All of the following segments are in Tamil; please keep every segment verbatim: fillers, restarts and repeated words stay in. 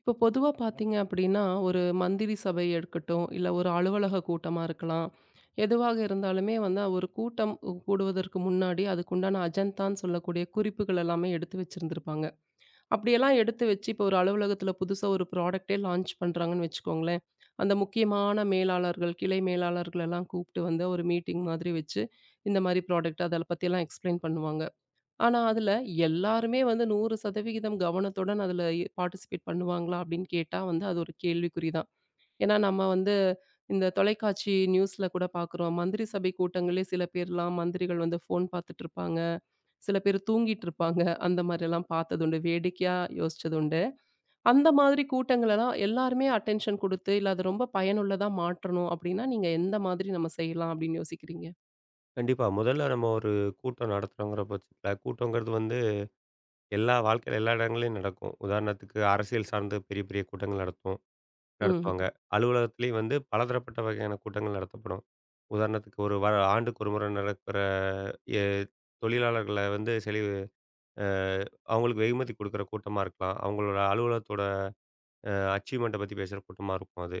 இப்போ பொதுவா பார்த்தீங்க அப்படின்னா, ஒரு மந்திரி சபை இருக்கட்டும், இல்ல ஒரு அலுவலக கூட்டமா இருக்கலாம். எதுவாக இருந்தாலுமே வந்து ஒரு கூட்டம் கூடுவதற்கு முன்னாடி அதுக்குண்டான அஜந்தான்னு சொல்லக்கூடிய குறிப்புகள் எல்லாமே எடுத்து வச்சிருந்திருப்பாங்க. அப்படியெல்லாம் எடுத்து வச்சு இப்போ ஒரு அலுவலகத்தில புதுசா ஒரு ப்ராடக்ட்டே லான்ச் பண்றாங்கன்னு வச்சுக்கோங்களேன். அந்த முக்கியமான மேலாளர்கள், கிளை மேலாளர்கள் எல்லாம் கூப்பிட்டு வந்து ஒரு மீட்டிங் மாதிரி வச்சு, இந்த மாரி ப்ராடக்ட் அத பத்தியெல்லாம் எக்ஸ்பிளைன் பண்ணுவாங்க. ஆனா, அதுல எல்லாருமே வந்து நூறு சதவீதம் கவனத்துடன் அதுல எ பார்ட்டிசிபேட் பண்ணுவாங்களா? அப்படின்னு கேட்டா வந்து அது ஒரு கேள்விக்குறி தான். ஏன்னா, நம்ம வந்து இந்த தொலைக்காட்சி நியூஸ்ல கூட பார்க்குறோம். மந்திரி சபை கூட்டங்களே சில பேர்லாம் மந்திரிகள் வந்து ஃபோன் பார்த்துட்டுருப்பாங்க. சில பேர் தூங்கிட்டுருப்பாங்க. அந்த மாரியெல்லாம் பார்த்ததுண்டு. வேடிக்கையா யோசிச்சதுண்டு. அந்த மாதிரி கூட்டங்களெல்லாம் எல்லாருமே அட்டென்ஷன் குடுத்து, இல்ல அது ரொம்ப பயனுள்ளதா மாற்றணும் அப்படின்னா, நீங்க எந்த மாதிரி நம்ம செய்யலாம் அப்படின்னு யோசிக்கிறீங்க? கண்டிப்பா. முதல்ல நம்ம ஒரு கூட்டம் நடத்துறோங்கிற பட்சத்தில, கூட்டங்கிறது வந்து எல்லா வாழ்க்கையில எல்லா இடங்கள்லயும் நடக்கும். உதாரணத்துக்கு அரசியல் சார்ந்த பெரிய, பெரிய கூட்டங்கள் நடத்துவோம் ம்ஹ்ம். நடத்துவாங்க. அலுவலகத்திலேயும் வந்து பலதரப்பட்ட வகையான கூட்டங்கள் நடத்தப்படும். உதாரணத்துக்கு ஒரு வ ஆண்டுக்கு ஒரு முறை நடக்கிற எ தொழிலாளர்கள வந்து செலி அ அவங்களுக்கு வெகுமதி குடுக்குற கூட்டமா இருக்கலாம். அவங்களோட அலுவலகத்தோட அச்சீவ்மெண்ட்ட பத்தி பேசுற கூட்டமா இருக்கும் அது.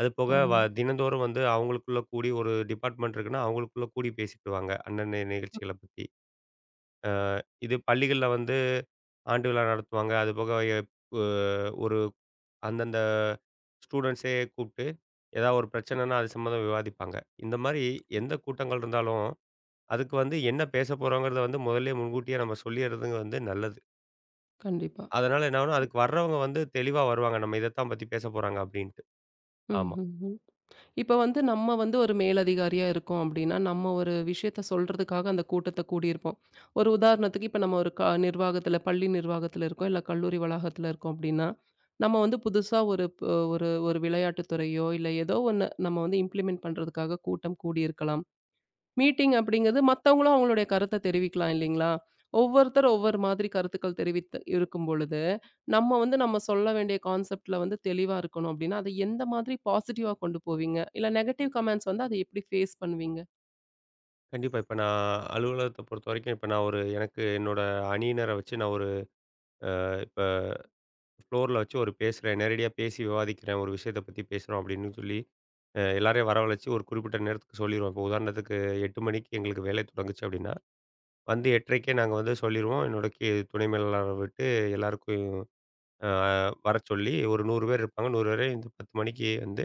அது போக வ ஆமா. தினந்தோறும் வந்து அவங்களுக்குள்ள கூடி ஒரு டிபார்ட்மெண்ட் இருக்குன்னா, அவங்களுக்குள்ள கூடி பேசிக்கிடுவாங்க. அன்னன்னைய நிகழ்ச்சிகள பத்தி. இது பள்ளிகள்ல வந்து ஆண்டு விழா நடத்துவாங்க. அதுபோக எப் அ ஒரு அந்தந்த ஸ்டூடண்ட்ஸே கூப்பிட்டு, ஏதாவது ஒரு பிரச்சனைன்னா அது சம்மந்தமா விவாதிப்பாங்க. இந்த மாரி எந்த கூட்டங்கள் இருந்தாலும், அதுக்கு வந்து என்ன பேச போறோங்கிறத வந்து முதல்லயே முன்கூட்டியே நம்ம சொல்லிர்றது வந்து நல்லது. கண்டிப்பா. அதனால என்ன ஆகும்னா, அதுக்கு வர்றவங்க வந்து தெளிவா வருவாங்க. நம்ம இதத்தான் பத்தி பேச போறாங்க அப்டின்ட்டு. ம். ஆமா. ம். இப்போ வந்து நம்ம வந்து ஒரு மேலதிகாரியா இருக்கோம் அப்படின்னா, நம்ம ஒரு விஷயத்த சொல்றதுக்காக அந்த கூட்டத்த கூடியிருப்போம். ஒரு உதாரணத்துக்கு இப்ப நம்ம ஒரு க நிர்வாகத்துல பள்ளி நிர்வாகத்துல இருக்கோம், இல்ல கல்லூரி வளாகத்துல இருக்கோம் அப்படின்னா, நம்ம வந்து புதுசா ஒரு ப ஒரு ஒரு விளையாட்டுத் துறையோ, இல்ல ஏதோ ஒண்ணு நம்ம வந்து இம்ப்ளிமெண்ட் பண்றதுக்காக கூட்டம் கூடியிருக்கலாம். மீட்டிங் அப்படிங்கிறது மத்தவங்களும் அவங்களுடைய கருத்த தெரிவிக்கலாம் இல்லைங்களா? ஒவ்வொருத்தர் ஒவ்வொரு மாதிரி கருத்துக்கள் தெரிவித்து இருக்கும் பொழுது, நம்ம வந்து நம்ம சொல்ல வேண்டிய கான்செப்ட்ல வந்து தெளிவா இருக்கணும் அப்படின்னா, அத எந்த மாதிரி பாசிட்டிவா கொண்டு போவீங்க? இல்ல நெகட்டிவ் கமெண்ட்ஸ் வந்து அத எப்படி ஃபேஸ் பண்ணுவீங்க? கண்டிப்பா. இப்ப நான் அலுவலகத்த பொறுத்தவரைக்கும், இப்ப நான் ஒரு எனக்கு என்னோட அணியினர வச்சு நான் ஒரு ஃப்ளோர்ல வச்சு ஒரு பேசுறேன். நேரடியா பேசி விவாதிக்கிறேன். ஒரு விஷயத்த பத்தி பேசுறோம் அப்படின்னு சொல்லி, அ எல்லாரையும் வரவழைச்சு ஒரு குறிப்பிட்ட நேரத்துக்கு சொல்லிருவோம். இப்போ உதாரணத்துக்கு எட்டு மணிக்கு எங்களுக்கு வேலை தொடங்குச்சு அப்படின்னா, வந்து 8:30க்கே நாங்க வந்து சொல்லிருவோம். என்னோட கி துணை மேலாளர விட்டு எல்லாருக்கும் அ வரச் சொல்லி ஒரு நூறு பேர் இருப்பாங்க. நூறு பேரையும் இந்த பத்து மணிக்கு வந்து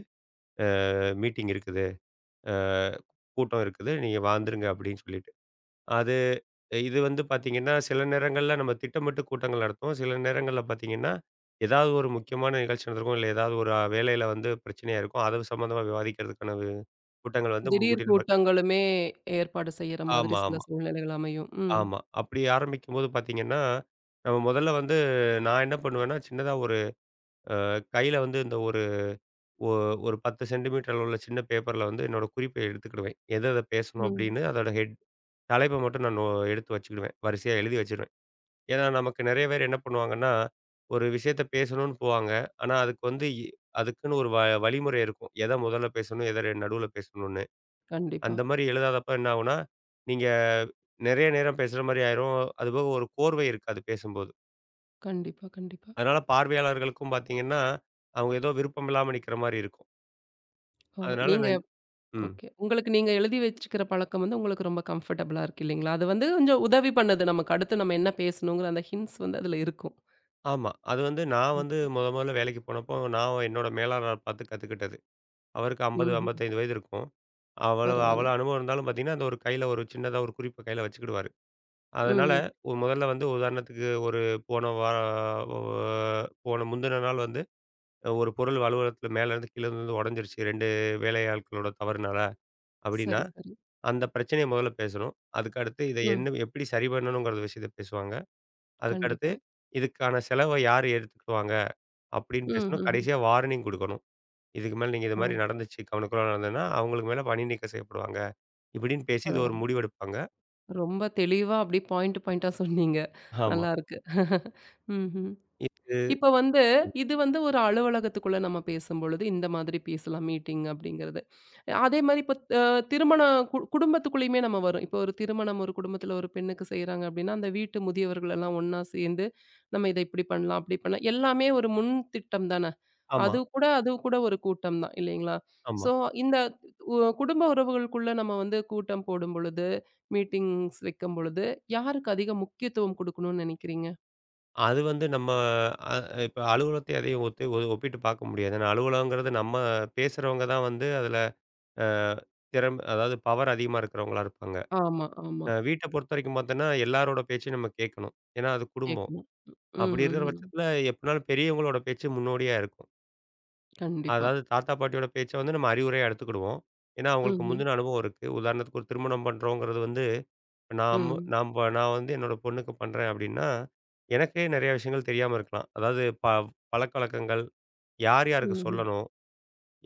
அ மீட்டிங் இருக்குது. அ கூட்டம் இருக்குது. நீங்க வந்துருங்க அப்படின்னு சொல்லி அது இது வந்து பார்த்தீங்கன்னா, சில நேரங்கள்ல நம்ம திட்டமிட்டு கூட்டங்கள் நடத்துவோம். சில நேரங்கள்ல பார்த்தீங்கன்னா, ஏதாவது ஒரு முக்கியமான நிகழ்ச்சி நடந்திருக்கும். இல்ல ஏதாவது ஒரு வேலையில வந்து பிரச்சனையா இருக்கும். அது சம்மந்தமா விவாதிக்கிறதுக்கான வே கூட்டங்கள் வந்து திடீர் முன்கூட்டியே நம்ம கூட்டங்களுமே ஏற்பாடு செய்யற மாதிரி ஆமா, சில ஆமா, சூழ்நிலைகள் அமையும். ம், ஆமா. அப்படி ஆரம்பிக்கும்போது பார்த்தீங்கன்னா, நம்ம முதல்ல வந்து நான் என்ன பண்ணுவேன்னா, சின்னதா ஒரு கையில வந்து இந்த ஒரு ஒ ஒரு பத்து சென்டிமீட்டர் அளவுள்ள சின்ன பேப்பர்ல வந்து என்னோட குறிப்பை எடுத்துக்கிடுவேன். எத எத பேசணும் ம். அப்படின்னு அதோட ஹெட் தலைப்ப மட்டும் நான் நோ எடுத்து வச்சுக்கிடுவேன். வரிசையா எழுதி வச்சிருவேன். ஏன்னா, நமக்கு நெறைய பேர் என்ன பண்ணுவாங்கன்னா, ஒரு விஷயத்த பேசணும்னு போவாங்க. ஆனா, அதுக்கு வந்து இ அதுக்குன்னு ஒரு வ வழிமுறை இருக்கும். எத முதல்ல பேசணும், எத நடுவுல பேசணும்னு. கண்டிப்பா, அந்த மாரி எழுதாதப்ப என்ன ஆகும்னா, நீங்க நெறைய நேரம் பேசுற மாரி ஆயிரும். அதுபோக ஒரு கோர்வை இருக்காது பேசும்போது. கண்டிப்பா, கண்டிப்பா. அதனால பார்வையாளர்களுக்கும் பார்த்தீங்கன்னா, அவங்க ஏதோ விருப்பம் இல்லாம நிக்கிற மாரி இருக்கும். ஓ! அதனால நீங்க நான் ம். ஓகே. உங்களுக்கு நீங்க எழுதி வச்சுக்கிற பழக்கம் வந்து உங்களுக்கு ரொம்ப கம்ஃபர்டபுளா இருக்கு இல்லைங்களா? அது வந்து கொஞ்சம் உதவி பண்ணுது. நமக்கு அடுத்து நம்ம என்ன பேசணுங்கிற அந்த ஹிண்ட்ஸ் வந்து அதுல இருக்கும். ஆமா. அது வந்து நான் ம். வந்து மொத மொதல்ல வேலைக்கு போனப்போ, நான் என்னோட மேலாளர பார்த்து கத்துக்கிட்டது. அவருக்கு ஐம்பது, ம்ஹ்ம். ஐம்பத்தி ஐந்து வயது இருக்கும். அவ்வளவு பரவால்ல. அவ்வளோ அனுபவம் இருந்தாலும் பார்த்தீங்கன்னா, அந்த ஒரு கையில ஒரு சின்னதா ஒரு குறிப்ப கையில வச்சுக்கிடுவாரு. அதனால ம், ம். ஒரு முதல்ல வந்து உதாரணத்துக்கு ஒரு போன வா ஒ போன முந்தின நாள் வந்து ஒரு பொருள் அலுவலகத்தில மேலேருந்து கீழ விழுந்து உடைஞ்சிருச்சு ரெண்டு வேலையாட்களோட தவறுனால அப்படின்னா, சரி, சரி. அந்த பிரச்சனைய முதல்ல பேசணும். அதுக்கடுத்து இத ம். என்ன எப்படி சரி பண்ணணுங்கிற விஷயத்த பேசுவாங்க. அதுக்கடுத்து கண்டிப்பா. இதுக்கான செலவ யார் ஏத்துக்குவாங்க அப்படின்னு ம், பேசணும். ம்ஹ்ம். கடைசியா வார்னிங் குடுக்கணும். இதுக்கு மேல நீங்க இது ஓ! மாரி நடந்துச்சு, கவனக்குறைவா நடந்ததுன்னா, அவங்களுக்கு மேல பணி நீக்கம் செய்யப்படுவாங்க. இப்படின்னு பேசி இது ஒரு பரவால்ல. முடிவெடுப்பாங்க. ரொம்ப தெளிவா அப்படியே பாயிண்ட் பாயிண்ட்டா சொன்னீங்க. ஆமா. நல்லா இருக்கு. ம்ஹ்ம். இது இப்ப வந்து இது வந்து ஒரு அலுவலகத்துக்குள்ள நம்ம பேசும்பொழுது, இந்த மாதிரி பேசலாம் மீட்டிங் அப்படிங்கிறது. அதே மாரி இப்ப அ திருமண கு குடும்பத்துக்குள்ளயுமே நம்ம வரும். இப்போ ஒரு திருமணம் ஒரு குடும்பத்துல ஒரு பெண்ணுக்கு செய்றாங்க அப்படின்னா, அந்த வீட்டு முதியவர்கள் எல்லாம் ஒண்ணா சேர்ந்து, நம்ம இத இப்படி பண்ணலாம், அப்படி பண்ணலாம். எல்லாமே ஒரு முன் திட்டம் தான. ஆமா, அது கூட அது கூட ஒரு கூட்டம் தான் இல்லைங்களா? ஆமா. ஸோ இந்த உ குடும்ப உறவுகளுக்குள்ள நம்ம வந்து கூட்டம் போடும் பொழுது, மீட்டிங்ஸ் வைக்கும் பொழுது, யாருக்கு அதிக முக்கியத்துவம் குடுக்கணும்னு நெனைக்கிறீங்க? அது வந்து நம்ம அ இப்ப அலுவலகத்தை எதையும் ஒத்து ஒ ஒப்பிட்டு பார்க்க முடியாது. ஏன்னா அலுவலகங்கிறது நம்ம பேசுறவங்க தான் வந்து அதில அ திறம் அதாவது பவர் அதிகமா இருக்கிறவங்களா இருப்பாங்க. ஆமா, ஆமா. அ வீட்ட பொறுத்தவரைக்கும் பார்த்தோன்னா, எல்லாரோட பேச்சையும் நம்ம கேட்கணும். ஏன்னா அது குடும்பம். கேட்கணும். ம், அப்படி ம், இருக்கிற ம். பட்சத்தில எப்படினாலும் பெரியவங்களோட பேச்சு முன்னோடியா இருக்கும். கண்டிப்பா. அதாவது தாத்தா, பாட்டியோட பேச்ச வந்து நம்ம அறிவுரையா எடுத்துக்கிடுவோம். ஏன்னா, அவங்களுக்கு ம்ஹ்ம். முந்தின அனுபவம் இருக்கு. உதாரணத்துக்கு ஒரு திருமணம் பண்றோங்கிறது வந்து ம். நாம ம். நாம் ப- நான் வந்து என்னோட பொண்ணுக்கு பண்றேன் அப்டின்னா, எனக்கே நெறைய விஷயங்கள் தெரியாம இருக்கலாம். அதாவது ப பழக்கவழக்கங்கள், யார் யாருக்கு ம், ம். சொல்லணும்?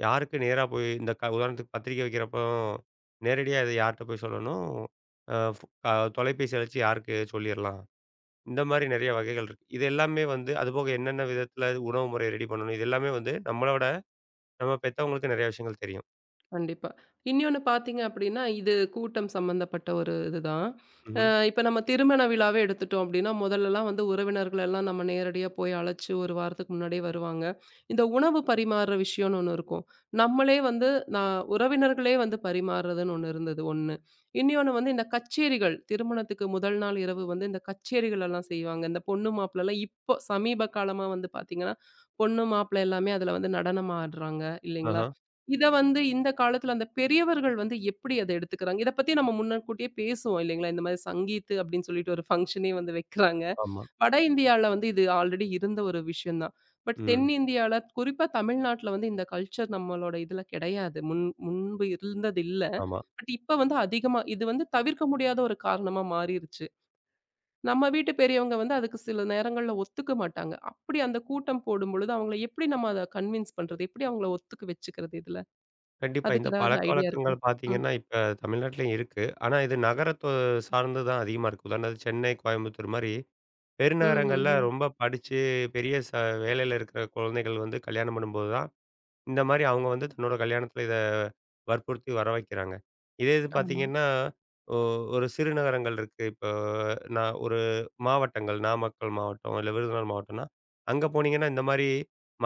யாருக்கு நேரா போய் இந்த க உதாரணத்துக்கு பத்திரிக்கை வைக்கிறப்போ, நேரடியா இத யார்ட்ட போய் சொல்லணும்? அ ஃபோ அ தொலைபேசி அழைச்சு யாருக்கு சொல்லிர்லாம்? இந்த மாரி நெறைய வகைகள் இருக்கு. இது எல்லாமே வந்து அதுபோக என்னென்ன விதத்தில உணவு முறைய ரெடி பண்ணணும்? இது எல்லாமே வந்து நம்மளோட நம்ம பெத்தவங்களுக்கு நெறைய விஷயங்கள் தெரியும். கண்டிப்பா. இன்னொன்னு பார்த்தீங்க அப்படின்னா, இது கூட்டம் சம்மந்தப்பட்ட ஒரு இதுதான். அ ம்ஹ்ம். இப்ப நம்ம திருமண விழாவே எடுத்துட்டோம் அப்படின்னா, முதல்லலாம் வந்து உறவினர்களெல்லாம் நம்ம நேரடியா போய் அழைச்சு ஒரு வாரத்துக்கு முன்னாடியே வருவாங்க. இந்த உணவு பரிமாறுற விஷயம்னு ஒண்ணு இருக்கும். நம்மளே வந்து நான் உறவினர்களே வந்து பரிமாறுறதுன்னு ஒண்ணு இருந்தது ஒன்று. இன்னொன்னு வந்து இந்த கச்சேரிகள், திருமணத்துக்கு முதல் நாள் இரவு வந்து இந்த கச்சேரிகள் எல்லாம் செய்வாங்க. இந்த பொண்ணு மாப்பிள்ளைலாம் இப்போ சமீப காலமா வந்து பார்த்தீங்கன்னா, பொண்ணு மாப்பிள்ளை எல்லாமே அதுல வந்து நடனம் ஆடுறாங்க இல்லைங்களா? ஆஹா. இத வந்து இந்த காலத்துல அந்த பெரியவர்கள் வந்து எப்படி அத எடுத்துக்கிறாங்க? இத பத்தி நம்ம முன்னக்கூட்டியே பேசுவோம் இல்லைங்களா? இந்த மாரி சங்கீத் அப்படின்னு சொல்லிட்டு ஒரு ஃபங்ஷனே வந்து வைக்கிறாங்க. ஆமா. வட இந்தியால வந்து இது ஆல்ரெடி இருந்த ஒரு விஷயம் தான். பட் ம். தென்னிந்தியால குறிப்பா தமிழ்நாட்டுல வந்து இந்த கல்ச்சர் நம்மளோட இதுல கிடையாது. முன் முன்பு இருந்தது இல்ல. ஆமா. பட் இப்ப வந்து அதிகமா இது வந்து தவிர்க்க முடியாத ஒரு காரணமா மாறிருச்சு. நம்ம வீட்டு பெரியவங்க வந்து அதுக்கு சில நேரங்கள்ல ஒத்துக்க மாட்டாங்க. அப்படி அந்த கூட்டம் போடும்பொழுது அவங்கள எப்படி நம்ம அத கன்வின்ஸ் பண்றது? எப்படி அவங்கள ஒத்துக்க வச்சுக்கிறது இதுல? கண்டிப்பா. இந்த அதுக்கு ஏதாவது ஐடியா பழக்கவழக்கங்கள் இருக்கா? ம். பார்த்தீங்கன்னா, இப்ப தமிழ்நாட்டிலயும் இருக்கு. ஆனா இது நகரத்த சார்ந்து தான் அதிகமா இருக்கு. உதாரணத்துக்கு சென்னை, கோயம்புத்தூர் மாரி ம், பெருநகரங்கள்ல ம், ம். ரொம்ப படிச்சு பெரிய ச வேலையில இருக்கிற குழந்தைகள் வந்து கல்யாணம் பண்ணும்போது தான் இந்த மாரி அவங்க வந்து தன்னோட கல்யாணத்தில இத வற்புறுத்தி வர வைக்கிறாங்க. இதே இது ஆமா. பார்த்தீங்கன்னா, ஒ ஒரு சிறு நகரங்கள் இருக்கு. இப்போ நான் ஒரு மாவட்டங்கள், நாமக்கல் மாவட்டம், இல்ல விருதுநகர் மாவட்டம்னா, அங்க போனீங்கன்னா இந்த மாரி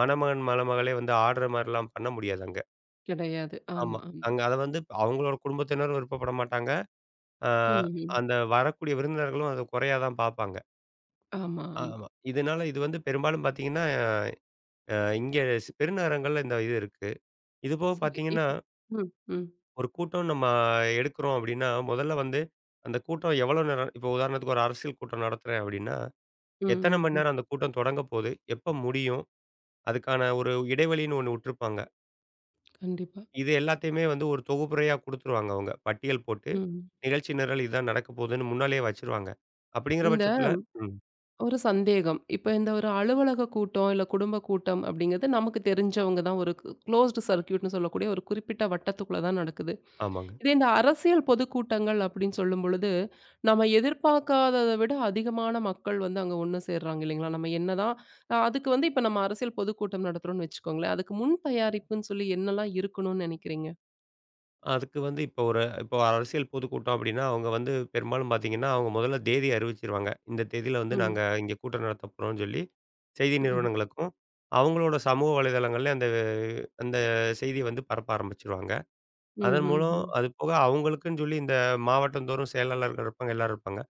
மணமகன், மணமகளே வந்து ஆடுற மாரிலாம் பண்ண முடியாது அங்க. கிடையாது. ஆமா. ஆமா, ஆமா. அங்க அத வந்து அவங்களோட குடும்பத்தினரும் விருப்பப்பட மாட்டாங்க. ஆ ம், ம். அந்த வரக்கூடிய விருந்தினர்களும் அத குறையா தான் பார்ப்பாங்க. ஆமா, ஆமா. ஆமா. இதனால இது வந்து பெரும்பாலும் பார்த்தீங்கன்னா, அ இங்க ஸ் பெருநகரங்கள்ல இந்த இது இருக்கு. இதுபோக சரி. பார்த்தீங்கன்னா இப்போ ம், ம். ஒரு கூட்டம் நம்ம எடுக்கிறோம் அப்படின்னா, முதல்ல வந்து அந்த கூட்டம் எவ்வளோ நேரம் இப்போ உதாரணத்துக்கு ஒரு அரசியல் கூட்டம் நடத்துறேன் அப்படின்னா, ம், எத்தன ம், மணி ம். நேரம் அந்த கூட்டம் தொடங்க போது, எப்ப முடியும், அதுக்கான ஒரு இடைவெளின்னு ஒண்ணு விட்டுருப்பாங்க. கண்டிப்பா. இது எல்லாத்தையுமே வந்து ஒரு தொகுப்புரையா குடுத்துருவாங்க அவங்க. பட்டியல் போட்டு, ம். நிகழ்ச்சி நிரல் இதான் நடக்க போகுதுன்னு முன்னாலயே வச்சுருவாங்க. அப்படிங்கிற இந்த பட்சத்தில ம். ஒரு சந்தேகம். இப்ப இந்த ஒரு அலுவலக கூட்டம், இல்ல குடும்ப கூட்டம் அப்படிங்கிறது நமக்கு தெரிஞ்சவங்க தான். ஒரு க்ளோஸ்டு சர்க்யூட்ன்னு சொல்லக்கூடிய ஒரு குறிப்பிட்ட வட்டத்துக்குள்ள தான் நடக்குது. ஆமாங்க. இதே இந்த அரசியல் பொதுக்கூட்டங்கள் அப்படின்னு சொல்லும் பொழுது, நம்ம எதிர்பார்க்காதத விட அதிகமான மக்கள் வந்து அங்க ஒண்ணு சேர்றாங்க இல்லைங்களா? நம்ம என்னதான் அ அதுக்கு வந்து இப்ப நம்ம அரசியல் பொதுக்கூட்டம் நடத்துறோம்னு வச்சுக்கோங்களேன். அதுக்கு முன் தயாரிப்புன்னு சொல்லி என்னலாம் இருக்கணும்னு நெனைக்கிறீங்க? அதுக்கு வந்து இப்போ ஒரு இப்போ அரசியல் பொதுக்கூட்டம் அப்படின்னா, அவங்க வந்து பெரும்பாலும் பார்த்தீங்கன்னா, அவங்க முதல்ல தேதி அறிவிச்சிருவாங்க. இந்த தேதியில வந்து ம். நாங்க இங்க கூட்டம் நடத்த போறோம்னு சொல்லி, செய்தி ம். நிறுவனங்களுக்கும், அவங்களோட சமூக வலைதளங்கள்ல அந்த அந்த செய்திய வந்து பரப்ப ஆரம்பிச்சுருவாங்க. அதன் ம்ஹ்ஹ்ம். மூலம் அது போக அவங்களுக்குன்னு சொல்லி இந்த மாவட்டந்தோறும் செயலாளர்கள் இருப்பாங்க, எல்லாரும் இருப்பாங்க.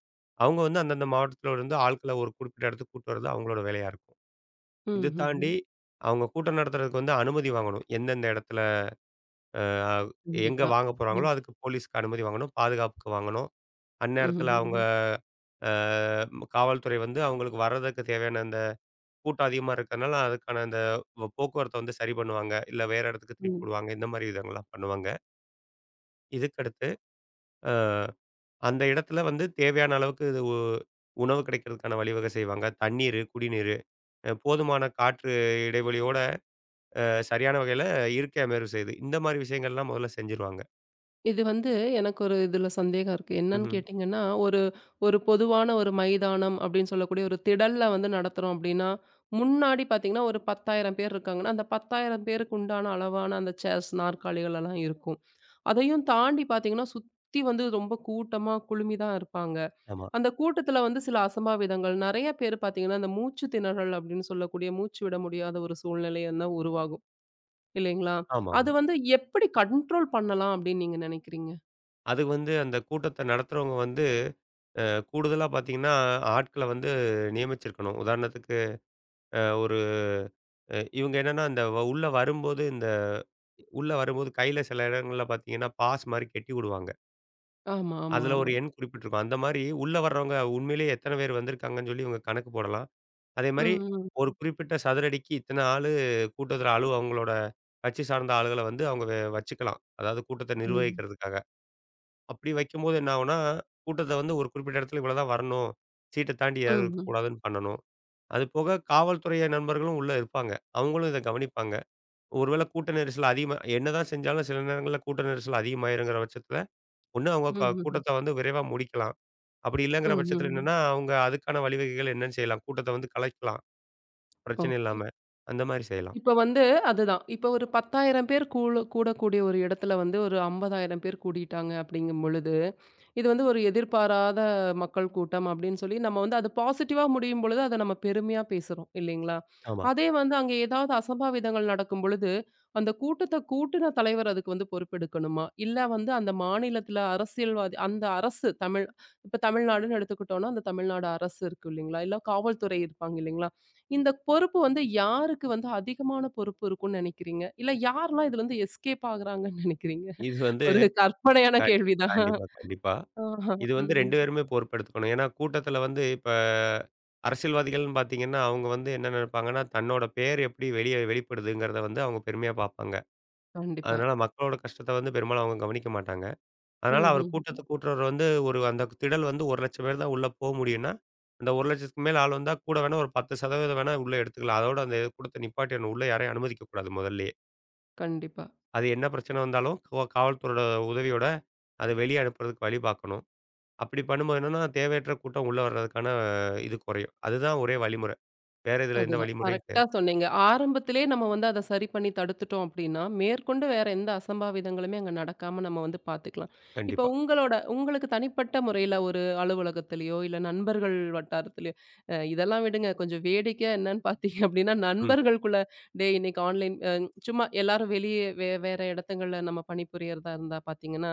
அவங்க வந்து அந்தந்த மாவட்டத்தில இருந்து ஆட்கள ஒரு குறிப்பிட்ட இடத்துக்கு கூட்டு வர்றது அவங்களோட வேலையா இருக்கும். இது ம்ஹ்ஹ்ம். தாண்டி அவங்க கூட்டம் நடத்துறதுக்கு வந்து அனுமதி வாங்கணும். எந்தெந்த இடத்துல அ எங்க கண்டிப்பா. வாங்க போறாங்களோ, ம். அதுக்கு போலீஸ்க்கு அனுமதி வாங்கணும். பாதுகாப்புக்கு வாங்கணும். அந்நேரத்தில ம்ஹ்ஹ்ம். அவங்க ம். அ காவல்துறை வந்து அவங்களுக்கு வர்றதுக்கு தேவையான அந்த கூட்டம் அதிகமா இருக்கிறனால, அதுக்கான அந்த வ போக்குவரத்த வந்து சரி பண்ணுவாங்க. இல்ல வேற இடத்துக்கு ம் திருப்பி விடுவாங்க. இந்த மாரி இதெல்லாம் பண்ணுவாங்க. இதுக்கடுத்து அ அந்த இடத்துல வந்து தேவையான அளவுக்கு இது உ உணவு கிடைக்கிறதுக்கான வழிவகை செய்வாங்க. தண்ணீரு, குடிநீரு, அ போதுமான காற்று இடைவெளியோட அ சரியான வகையில இருக்கை அமைவு செய்து. இந்த மாரி விஷயங்கள்லாம் முதல்ல செஞ்சுருவாங்க. இது வந்து எனக்கு ஒரு இதுல சந்தேகம் இருக்கு. என்னன்னு ம்ஹ்ம். கேட்டீங்கன்னா, ஒரு ஒரு பொதுவான ஒரு மைதானம் அப்படின்னு சொல்லக்கூடிய ஒரு திடல்ல வந்து நடத்துறோம் அப்படின்னா, முன்னாடி பார்த்தீங்கன்னா, ஒரு பத்தாயிரம் பேர் இருக்காங்கன்னா, அந்த பத்தாயிரம் பேருக்கு உண்டான அளவான அந்த சேர்ஸ், நாற்காலிகள் எல்லாம் இருக்கும். அதையும் தாண்டி பார்த்தீங்கன்னா, சுத்தி வந்து ரொம்ப கூட்டமா குழுமி தான் இருப்பாங்க. ஆமா. அந்த கூட்டத்துல வந்து சில அசம்பாவிதங்கள் நெறைய பேர் பார்த்தீங்கன்னா, அந்த மூச்சு திணறல் அப்படின்னு சொல்லக்கூடிய மூச்சு விட முடியாத ஒரு சூழ்நிலை என்ன உருவாகும் இல்லைங்களா? அது ஆமாமா. வந்து எப்படி கண்ட்ரோல் பண்ணலாம் அப்படின்னு நீங்க நினைக்கிறீங்க? அது வந்து அந்த கூட்டத்த நடத்துறவங்க வந்து அ கூடுதலா பார்த்தீங்கன்னா, ஆட்கள வந்து நியமிச்சிருக்கணும். உதாரணத்துக்கு அ ஒரு அ இவங்க என்னன்னா, இந்த வ உள்ள வரும்போது இந்த உள்ள வரும்போது கையில சில இடங்கள்ல பார்த்தீங்கன்னா, பாஸ் மாரி கட்டி உடுவாங்க. ஆமா, ஆமா, அதுல ஒரு ஆமா. எண் குறிப்பிட்டிருக்கும். அந்த மாரி உள்ள வர்றவங்க உண்மையிலேயே எத்தன பேர் வந்திருக்காங்கன்னு சொல்லி இவங்க கணக்கு போடலாம். அதே மாரி ம், ம், ஒரு குறிப்பிட்ட சதுர அடிக்கு இத்தன ஆளு கூட்டத்தில அலு அவங்களோட கட்சி சார்ந்த ஆளுகள வந்து அவங்க வ வச்சுக்கலாம். அதாவது கூட்டத்த ம். நிர்வகிக்கிறதுக்காக. அப்படி வைக்கும்போது என்ன ஆகும்னா, கூட்டத்த வந்து ஒரு குறிப்பிட்ட இடத்துல இவ்வளோதான் வரணும். சீட்ட தாண்டி யாரும் ம்ஹ்ம். இருக்கக்கூடாதுன்னு பண்ணணும். அது போக காவல்துறைய நண்பர்களும் உள்ள இருப்பாங்க. அவங்களும் இத கவனிப்பாங்க. ஒருவேளை கூட்ட நெரிசல் அதிகமா என்னதான் செஞ்சாலும் சில நேரங்கள்ல கூட்ட நெரிசல் அதிகமாயிருங்கிற பட்சத்துல, ஒண்ணு அவங்க க ம்ஹ்ம். கூட்டத்த வந்து விரைவா முடிக்கலாம். அப்படி இல்லங்கிற பட்சத்துல ம்ஹ்ம். என்னன்னா, அவங்க அதுக்கான வழிவகைகள் என்னன்னு செய்யலாம். கூட்டத்த வந்து கலைக்கலாம். பிரச்சனை ஓகே. இல்லாம. அந்த மாரி செய்யலாம். இப்ப வந்து அதுதான். இப்ப ஒரு பத்தாயிரம் பேர் கூள கூடக்கூடிய ஒரு இடத்துல வந்து ஒரு ஐம்பதாயிரம் பேர் கூடிட்டாங்க அப்படிங்கும் பொழுது இது வந்து ஒரு எதிர்பாராத மக்கள் கூட்டம் அப்படின்னு சொல்லி நம்ம வந்து அது பாசிட்டிவா முடியும் பொழுது அதை நம்ம பெருமையா பேசுறோம் இல்லைங்களா? ஆமா. அதே வந்து அங்க ஏதாவது அசம்பாவிதங்கள் நடக்கும் பொழுது, அந்த கூட்டத்த கூட்டுன தலைவர் அதுக்கு வந்து பொறுப்பெடுக்கணுமா? இல்ல வந்து அந்த மாநிலத்தில அரசியல்வாதி அந்த அரசு தமிழ் இப்ப தமிழ்நாடுன்னு எடுத்துக்கிட்டோம்னா, அந்த தமிழ்நாடு அரசு இருக்கு இல்லைங்களா? இல்ல காவல்துறை இருப்பாங்க இல்லைங்களா? இந்த பொறுப்பு வந்து யாருக்கு வந்து அதிகமான பொறுப்பு இருக்கும்னு நினைக்கிறீங்க? இல்ல யாரெல்லாம் இதுலருந்து எஸ்கேப் ஆகுறாங்கன்னு நினைக்கிறீங்க? இது வந்து ஒரு கற்பனையான கண் கேள்விதான். கண்டிப்பா, கண்டிப்பா. ஆஹா. இது வந்து ம்ஹ்ம். ரெண்டு பேருமே பொறுப்பெடுத்துக்கணும். ஏன்னா கூட்டத்தில வந்து இப்ப அரசியல்வாதிகள்னு பார்த்தீங்கன்னா, அவங்க வந்து என்ன நினைப்பாங்கன்னா, தன்னோட பேர் எப்படி வெளிய வெளிப்படுதுங்கிறத வந்து அவங்க பெருமையா பார்ப்பாங்க. கண்டிப்பா. அதனால மக்களோட கஷ்டத்த வந்து பெரும்பாலும் அவங்க கவனிக்க மாட்டாங்க. அதனால அவர் ம்ஹ்ம். கூட்டத்த கூட்டுறவர் வந்து ஒரு அந்த திடல் வந்து ஒரு லட்சம் பேர் தான் உள்ள போ முடியும்னா, அந்த ஒரு லட்சத்துக்கு மேல ஆள் வந்தா கூட வேணா ஒரு பத்து சதவீதம் வேணா உள்ள எடுத்துக்கலாம். அதோட அந்த கூட்டத்த நிப்பாட்டிறணும். உள்ள யாரையும் அனுமதிக்கக்கூடாது முதல்லயே. கண்டிப்பா. அது என்ன பிரச்சனை வந்தாலும் கோ காவல்துறையோட உதவியோட அத வெளிய அனுப்புறதுக்கு வழி பார்க்கணும். அப்படி பண்ணும்போது என்னன்னா, தேவையற்ற கூட்டம் உள்ள வர்றதுக்கான இது குறையும். அதுதான் ஒரே வழிமுறை. வேற இதுல எந்த அதுதான். வழிமுறையும் கரெக்ட்டா கிடையாது. சொன்னீங்க. ஆரம்பத்திலேயே நம்ம வந்து அத சரி பண்ணி தடுத்துட்டோம் அப்டின்னா, மேற்கொண்டு வேற எந்த அசம்பாவிதங்களுமே அங்க நடக்காம நம்ம வந்து பார்த்துக்கலாம். இப்ப கண்டிப்பா. உங்களோட உங்களுக்கு தனிப்பட்ட முறையில ஒரு அலுவலகத்திலயோ, இல்ல நண்பர்கள் வட்டாரத்திலயோ, அ இதெல்லாம் விடுங்க. கொஞ்சம் வேடிக்கையா என்னன்னு பார்த்தீங்க அப்டின்னா, ம். நண்பர்களுக்குள்ள டேய் இன்னைக்கு ஆன்லைன் அ சும்மா எல்லாரும் வெளியே வே வேற இடத்துங்கள்ல நம்ம பணிபுரியறதா இருந்தா பார்த்தீங்கன்னா,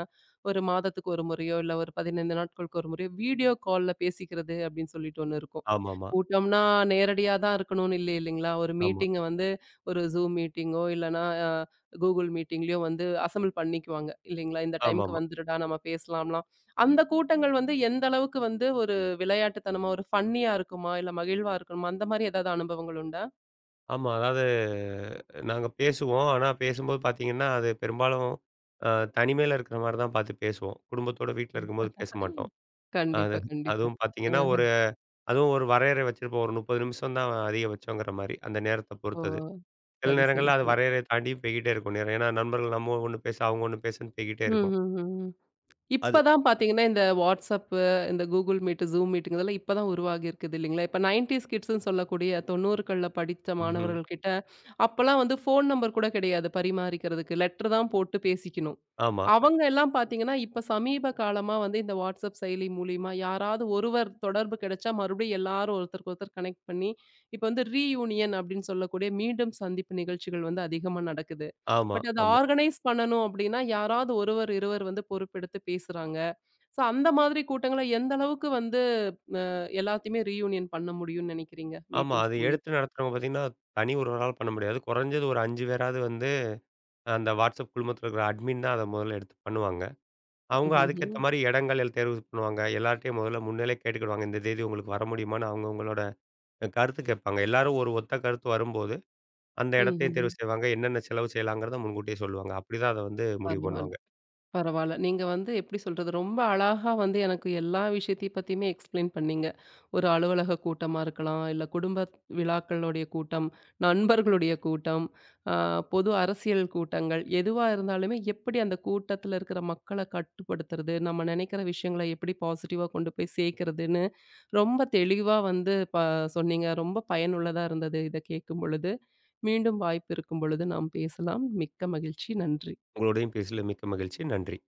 ஒரு மாதத்துக்கு ஒரு முறையோ, இல்ல ஒரு பதினைந்து நாட்களுக்கு ஒரு முறையோ வீடியோ கால்ல பேசிக்கிறது அப்டின்னு சொல்லிட்டு ஒண்ணு இருக்கும். ஆமாமா. கூட்டம்னா நேரடியா தான் இருக்கணும்னு இல்ல இல்லைங்களா? ஒரு ஆமா. மீட்டிங்க வந்து ஒரு Zoom மீட்டிங்கோ இல்லன்னா அ Google மீட்டிங்லயோ வந்து அசெம்பிள் பண்ணிக்குவாங்க இல்லைங்களா? இந்த ஆமாமா. டைம்க்கு ஆமா. ஆமா வந்துருடா நம்ம பேசலாம்லாம். அந்த கூட்டங்கள் வந்து எந்த அளவுக்கு வந்து ஒரு விளையாட்டுத்தனமா, ஒரு ஃபன்னியா இருக்குமா? இல்ல மகிழ்வா இருக்குமா? அந்த மாரி ஏதாவது அனுபவங்கள் உண்டா? ஆமா அதாவது நாங்க பேசுவோம். ஆனா பேசும்போது பார்த்தீங்கன்னா, அது பெரும்பாலும் அ தனிமையில இருக்கிற மாரி தான் பார்த்து பேசுவோம். குடும்பத்தோட வீட்ல இருக்கும்போது பேச மாட்டோம். அது கண்டிப்பா, கண்டிப்பா. அதுவும் பார்த்தீங்கன்னா, ஒரு ஆஹ. அதுவும் ஒரு வரையறை வச்சிருப்போம். ஒரு முப்பது நிமிஷம் தான் அதிகபட்சங்கிற மாரி. அந்த நேரத்த ஓ! பொறுத்தது. சில சரி, சரி, நேரங்கள்ல அது சரி. வரையறைய தாண்டியும் போய்க்கிட்டே இருக்கும் நேரம். ஏன்னா நண்பர்கள் நம்ம ஒண்ணு பேச, அவங்க ஒண்ணு பேசன்னு போய்க்கிட்டே ம், இருக்கும். ம், ம், ம். அது இப்ப தான் பார்த்தீங்கன்னா, இந்த WhatsApp, இந்த Google Meet, Zoom மீட்டிங் இதெல்லாம் இப்ப தான் உருவாகி இருக்குது இல்லைங்களா? இப்ப 90ஸ் கிட்ஸ்ன்னு சொல்லக்கூடிய 90கள்ல படித்த ம்ஹ்ம். மாணவர்கள் கிட்ட, அப்பலாம் வந்து ஃபோன் நம்பர் கூட கிடையாது பரிமாறிக்கிறதுக்கு. லெட்டர் தான் போட்டு பேசிக்கணும். ஆமா. அ அவங்க எல்லாம் பார்த்தீங்கன்னா, இப்ப சமீப காலமா வந்து இந்த வாட்ஸ்அப் செயலி மூலியமா யாராவது ஒருவர் தொடர்பு கிடைச்சா, மறுபடியும் எல்லாரும் ஒருத்தருக்கு ஒருத்தர் கனெக்ட் பண்ணி, இப்ப வந்து ரீயூனியன் அப்படின்னு சொல்லக்கூடிய மீண்டும் சந்திப்பு நிகழ்ச்சிகள் வந்து அதிகமா நடக்குது. ஆமா, பட் அத ஆமா, ஆர்கனைஸ் பண்ணணும் அப்படின்னா, யாராவது ஒருவர், இருவர் வந்து பொறுப்பெடுத்து பேசுறாங்க. ஸோ அந்த மாதிரி கூட்டங்கள எந்த அளவுக்கு வந்து அஹ், எல்லாத்தையுமே ரீயூனியன் பண்ண முடியும்னு நினைக்கிறீங்க? ஆமா. மீட்டிங்ஸ் அது மூலியம். எடுத்து நடத்துறவங்க பார்த்தீங்கன்னா, தனி ஒருவரால் பண்ண முடியாது. குறைஞ்சது ஒரு ஐந்து பேராவது வந்து, அந்த WhatsApp குழுமத்தில இருக்கிற அட்மின் தான் அத முதல்ல எடுத்து பண்ணுவாங்க. அவங்க ம்ஹ்ஹ்ம். அதுக்கேத்த மாரி இடங்கள் எல் தேர்வு பண்ணுவாங்க. எல்லார்ட்டயும் முதல்ல முன்னாலே கேட்டுக்கிடுவாங்க. இந்த தேதி உங்களுக்கு வர முடியுமான்னு அவங்கவங்களோட அ கருத்து கேட்பாங்க. எல்லாரும் ஒரு ஒத்த கருத்து வரும்போது, அந்த இடத்தையும் ம்ஹ்ஹ்ம். தேர்வு செய்வாங்க. என்னென்ன செலவு செய்யலாங்கிறத முன்கூட்டியே சொல்லுவாங்க. அப்படிதான் அத வந்து முடிவு பரவால்ல. பண்ணுவாங்க. பரவால்ல. நீங்க வந்து எப்படி சொல்றது? ரொம்ப அழகா வந்து எனக்கு எல்லா விஷயத்தையும் பத்தியுமே எக்ஸ்பிளைன் பண்ணீங்க. ஒரு அலுவலக கூட்டமா இருக்கலாம், இல்ல குடும்ப விழாக்களுடைய கூட்டம், நண்பர்களுடைய கூட்டம், அ பொது அரசியல் கூட்டங்கள், எதுவா இருந்தாலுமே எப்படி அந்த கூட்டத்துல இருக்கிற மக்கள கட்டுப்படுத்துறது, நம்ம நினைக்கிற விஷயங்கள எப்படி பாசிட்டிவா கொண்டு போய் சேர்க்கிறதுன்னு ரொம்ப தெளிவா வந்து ப சொன்னீங்க. ரொம்ப பயனுள்ளதா இருந்தது இத கேட்கும் பொழுது. மீண்டும் வாய்ப்பு இருக்கும் பொழுது நாம் பேசலாம். மிக்க மகிழ்ச்சி. நன்றி. உங்களோடையும் பேசியதில மிக்க மகிழ்ச்சி. நன்றி.